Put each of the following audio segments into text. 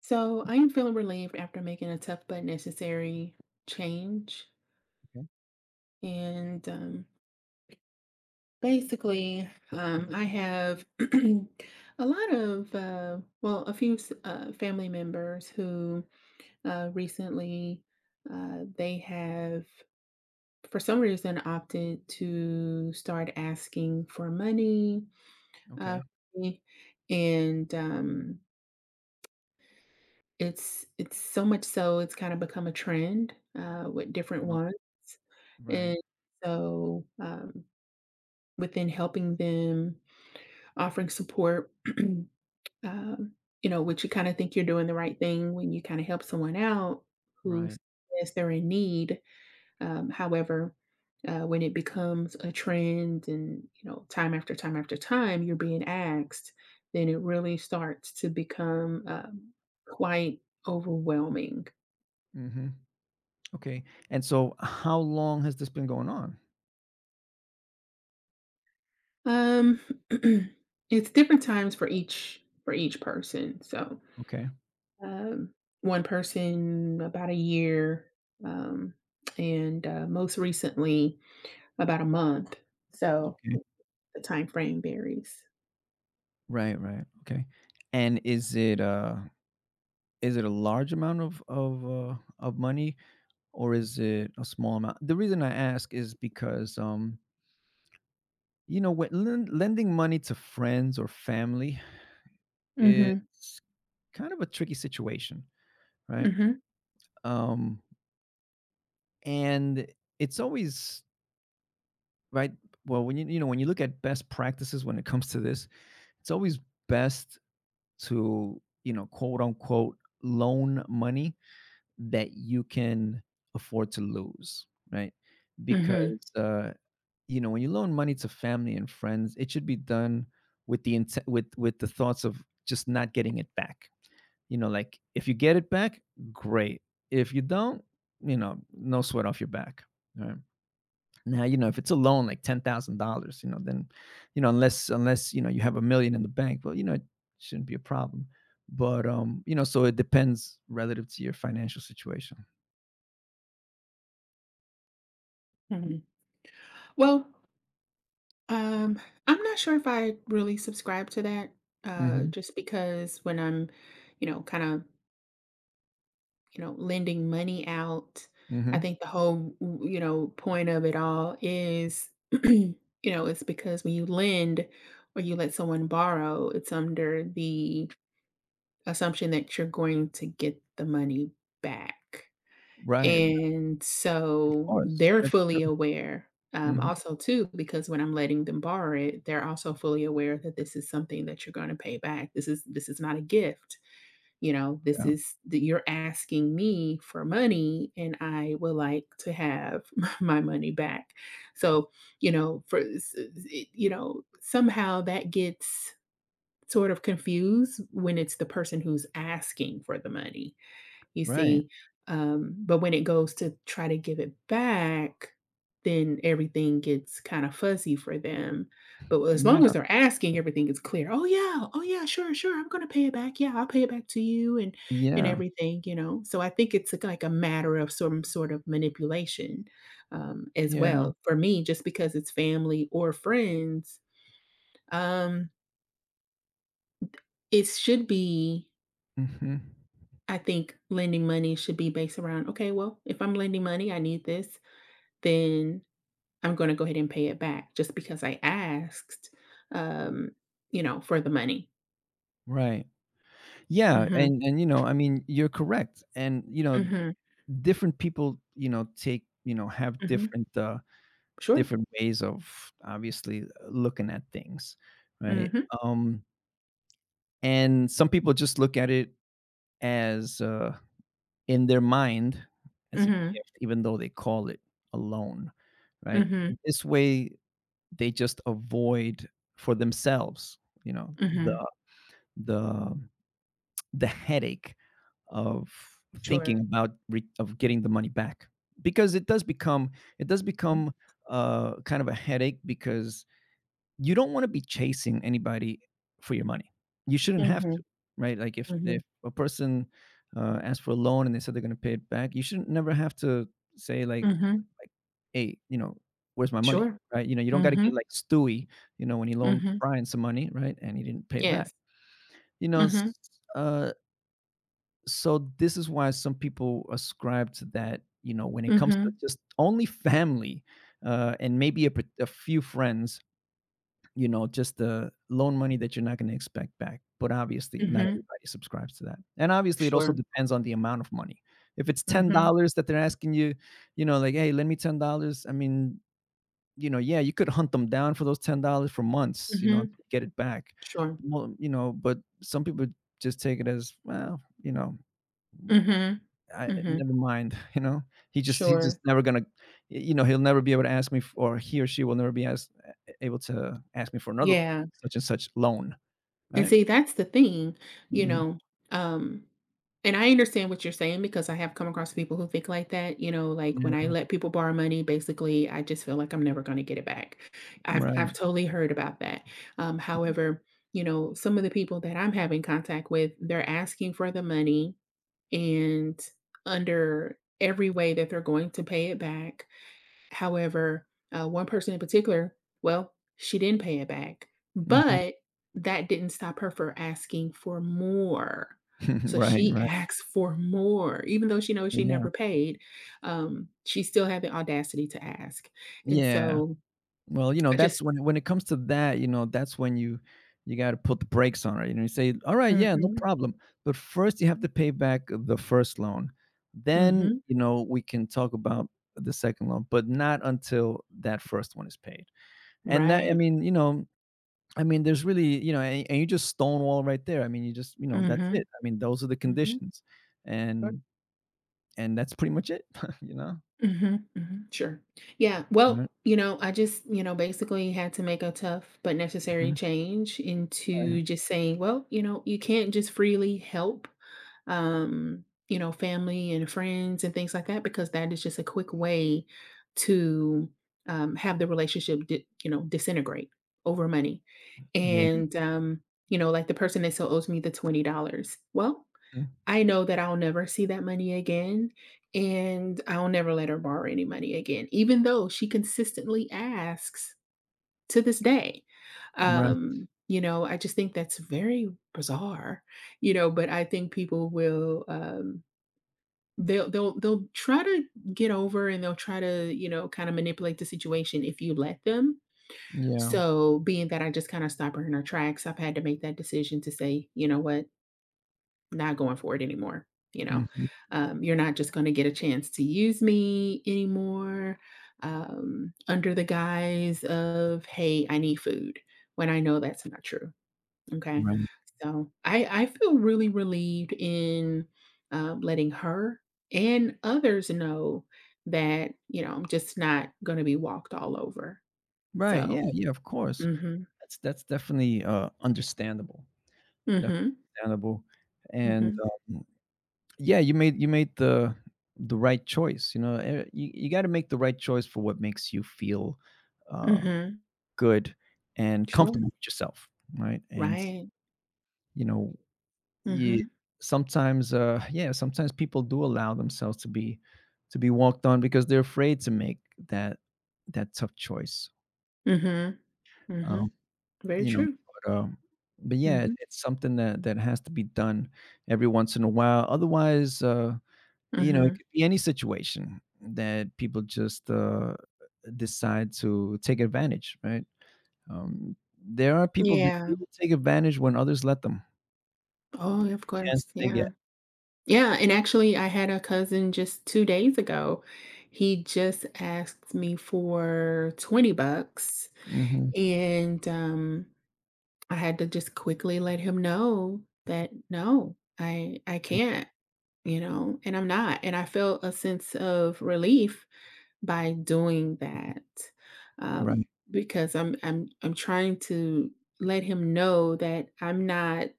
So I am feeling relieved after making a tough but necessary change. Okay, And basically, I have a lot of, a few family members who recently they have, for some reason, opted to start asking for money, okay. for me. And It's so much so it's kinda become a trend, with different Oh, ones, and right, so, um, within helping them, offering support. um, which you kinda think you're doing the right thing when you kinda help someone out who right. says they're in need. um, however, when it becomes a trend and, you know, time after time after time you're being asked, then it really starts to become, quite overwhelming. Mhm. Okay, and so how long has this been going on? Um, it's different times for each person. So, Okay, um, one person about a year, um, and most recently about a month. So okay. the time frame varies. Right, right, okay. And is it a large amount of money, or is it a small amount? The reason I ask is because, you know, when lending money to friends or family, Hmm it's kind of a tricky situation, right? hmm Um, and it's always. Right? Well, when you know, when you look at best practices when it comes to this, it's always best to, you know, quote unquote, loan money that you can afford to lose, right? hmm Because you know, when you loan money to family and friends, it should be done with the intent with the thoughts of just not getting it back. You know, like if you get it back, great. If you don't, you know, no sweat off your back. Right? Now, you know, if it's a loan like $10,000, you know, then, you know, unless, you know, you have a million in the bank, well, you know, it shouldn't be a problem. But, you know, so it depends relative to your financial situation. hmm Well, um, I'm not sure if I really subscribe to that. Hmm. Just because when I'm kind of, you know, lending money out. I Hmm. think the whole, you know, point of it all is, you know, it's because when you lend or you let someone borrow, it's under the assumption that you're going to get the money back. Right. And Of so course. they're That's true. fully aware. Hmm. Also, too, because when I'm letting them borrow it, they're also fully aware that this is something that you're going to pay back. This is not a gift, you know, this Yeah. is that you're asking me for money and I would like to have my money back. So, you know, for, you know, somehow that gets sort of confused when it's the person who's asking for the money. You Right. see? But when it goes to try to give it back, then everything gets kind of fuzzy for them. But as long as Yeah. they're asking, everything is clear. "Oh, yeah. Oh, yeah. Sure, sure. I'm gonna pay it back. Yeah, I'll pay it back to you," and Yeah. everything, you know? So I think it's, like, a matter of some sort of manipulation, as Yeah. well. For me, just because it's family or friends, um, it should be. Hmm. I think lending money should be based around, "Okay, well, if I'm lending money, I need this. Then I'm gonna go ahead and pay it back just because I asked, um, you know, for the money." Right. Yeah. Mhm, And, you know, I mean, you're correct. And, you know, mhm, different people, you know, take, you know, have mhm. different, Sure. different ways of obviously looking at things, right? Mhm, Um, and some people just look at it as in their mind as a mhm, gift, even though they call it a loan, right? mhm, This way, they just avoid for themselves, you know, mhm. the the the headache of thinking Sure. about of getting the money back because it does become it does Mhm, become kind of a headache because you don't wanna be chasing anybody for your money. You shouldn't have to, mhm, right? Like, if mhm, a person, asked for a loan and they said they're gonna pay it back, you shouldn't never have to say, like mhm. like, "Hey, you know, where's my money?" Sure. Right? You know, you don't gotta get Mhm, like Stewie, you know, when he loaned mhm. Brian some money, right, and he didn't pay it back. Yes. You know, s Mhm, uh, so this is why some people ascribe to that, you know, when it comes to mhm, just only family, and maybe a a few friends, you know, just the loan money that you're not gonna expect back, but obviously not mhm. everybody subscribes to that, and obviously it also Sure. depends on the amount of money. If it's Mhm, $10 that they're asking you, you know, like, "Hey, lend me $10," I mean, you know, yeah, you could hunt them down for those $10 for months, you know, to mhm. get it back. Sure. Well, you know, but some people just take it as, well, you know, Mhm, I eh, mhm. never mind, you know? He's just Sure. never gonna, you know, he'll never be able to ask me f or he or she will never be asked able to ask me for another Yeah. such and such loan, And right? see, that's the thing, you Mhm. know, um, and I understand what you're saying because I have come across people who think like that. You know, like when Yeah, I let people borrow money, basically, I just feel like I'm never going to get it back. I've right. totally heard about that. However, you know, some of the people that I'm having contact with, they're asking for the money and under every way that they're going to pay it back. However, one person in particular, well, she didn't pay it back, Mhm. but that didn't stop her from asking for more. So Right, she right. asked for more, even though she knows she Yeah. never paid. She still had the audacity to ask, and Yeah. so Well, you know, I just that's when it comes to that, you know, that's when you gotta put the brakes on it, you know, you say, "Alright, yeah, no Mhm, problem." But first, you have to pay back the first loan. Then, mhm, you know, we can talk about the second loan, but not until that first one is paid. And that I right, mean, you know, I mean, there's really, you know, and you just stonewall right there. I mean, you just, you know, that's mhm, it. I mean, those are the mhm. conditions, and and that's pretty much it, you know? Mhm, mhm, sure. Yeah, Right, well, you know, I basically had to make a tough but necessary mhm, change right. into just saying, well, you know, you can't just freely help, you know, family and friends and things like that because that is just a quick way to, have the relationship, you know, disintegrate over money. Yeah, And, you know, like the person that still owes me the $20. Well, mhm, I know that I'll never see that money again, and I'll never let her borrow any money again, even though she consistently asks to this day. right, You know, I just think that's very bizarre, you know, but I think people will they'll try to get over and they'll try to, you know, kind of manipulate the situation if you let them. yeah, So being that I just kind of stop her in her tracks, I've had to make that decision to say, you know what, not going for it anymore. You know, mhm, you're not just going to get a chance to use me anymore, under the guise of, hey, I need food when I know that's not true. Okay. right. So I feel really relieved in, letting her and others know that, you know, I'm just not going to be walked all over. Right, So, yeah, yeah, of course. mm That's definitely, understandable, hmm, mm definitely hmm, understandable, mm and, hmm, um, yeah, you made the right choice, you know, eh, you gotta make the right choice for what makes you feel, mm uh hmm, good and sure. comfortable with yourself, right? And Right. you know, Mm hmm, you, sometimes, yeah, sometimes people do allow themselves to be walked on because they're afraid to make that that tough choice. mm hmm, mm hmm. Um, Very you know, true. but, um, but yeah, it- Mhm. it's something that that has to be done every once in a while. Otherwise, you know, it Mhm. could be any situation that people just decide to take advantage, right? There are people that Yeah. really take advantage when others let them. Oh, of Chance course, that they get. yeah. Yeah, and actually, I had a cousin just 2 days ago. He just asked me for 20 bucks, Mhm, and, I had to just quickly let him know that, "No, I mm, can't," you know, and I'm not, and I felt a sense of relief by doing that, right, because I'm trying to let him know that I'm not,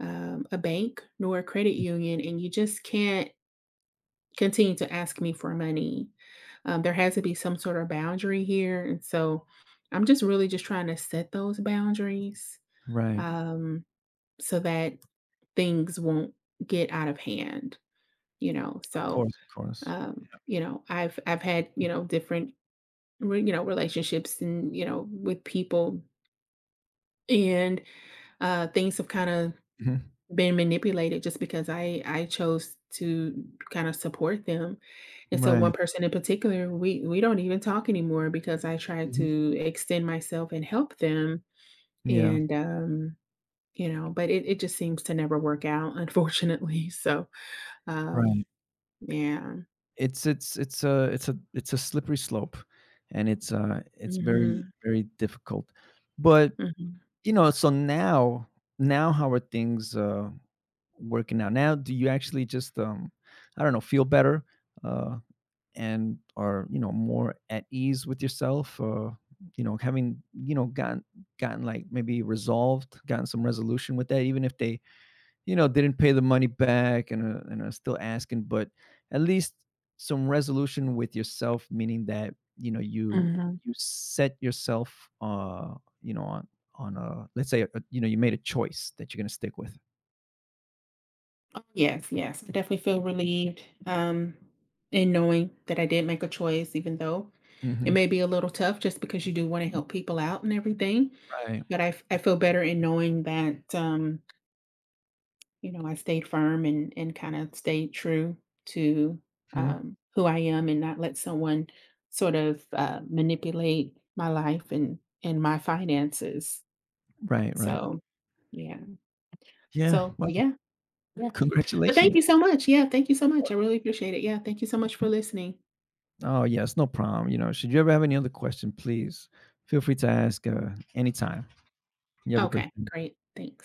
a bank nor a credit mm, union, and you just can't continue to ask me for money. There has to be some sort of boundary here, and so I'm just really just trying to set those boundaries, right. um, so that things won't get out of hand. You know, Of so course, of course. You know, I've had, you know, different you know, relationships, and you know, with people, and things have kind of Mhm, been manipulated just because I chose to kind of support them. And so one right, person in particular, we don't even talk anymore because I try mhm, to extend myself and help them. yeah, And um, you know, but it just seems to never work out, unfortunately. So um, right. yeah. It's it's a slippery slope, and it's very, hmm very difficult. But, hmm you know, so now now how are things, working out? Now do you actually just, I don't know, feel better? Uh and are you know more at ease with yourself you know having you know gotten gotten like maybe resolved gotten some resolution with that even if they you know didn't pay the money back and are still asking but at least some resolution with yourself meaning that you know you hmm you set yourself you know on a let's say you know you made a choice that you're going to stick with. Oh, yes, yes. I definitely feel relieved, in knowing that I did make a choice, even though it Hmm, may be a little tough just because you do want to help people out and everything. right. But I feel better in knowing that, you know, I stayed firm and kind of stayed true to, Hmm, who I am, and not let someone sort of, manipulate my life and my finances. right, right, So, yeah. yeah. So, Well, yeah. Yeah. But thank congratulations. you so much. Yeah, thank you so much. I really appreciate it. Yeah, thank you so much for listening. Oh, yes, no problem. You know, should you ever have any other question, please feel free to ask anytime. You have a great Okay, day. great. Thanks.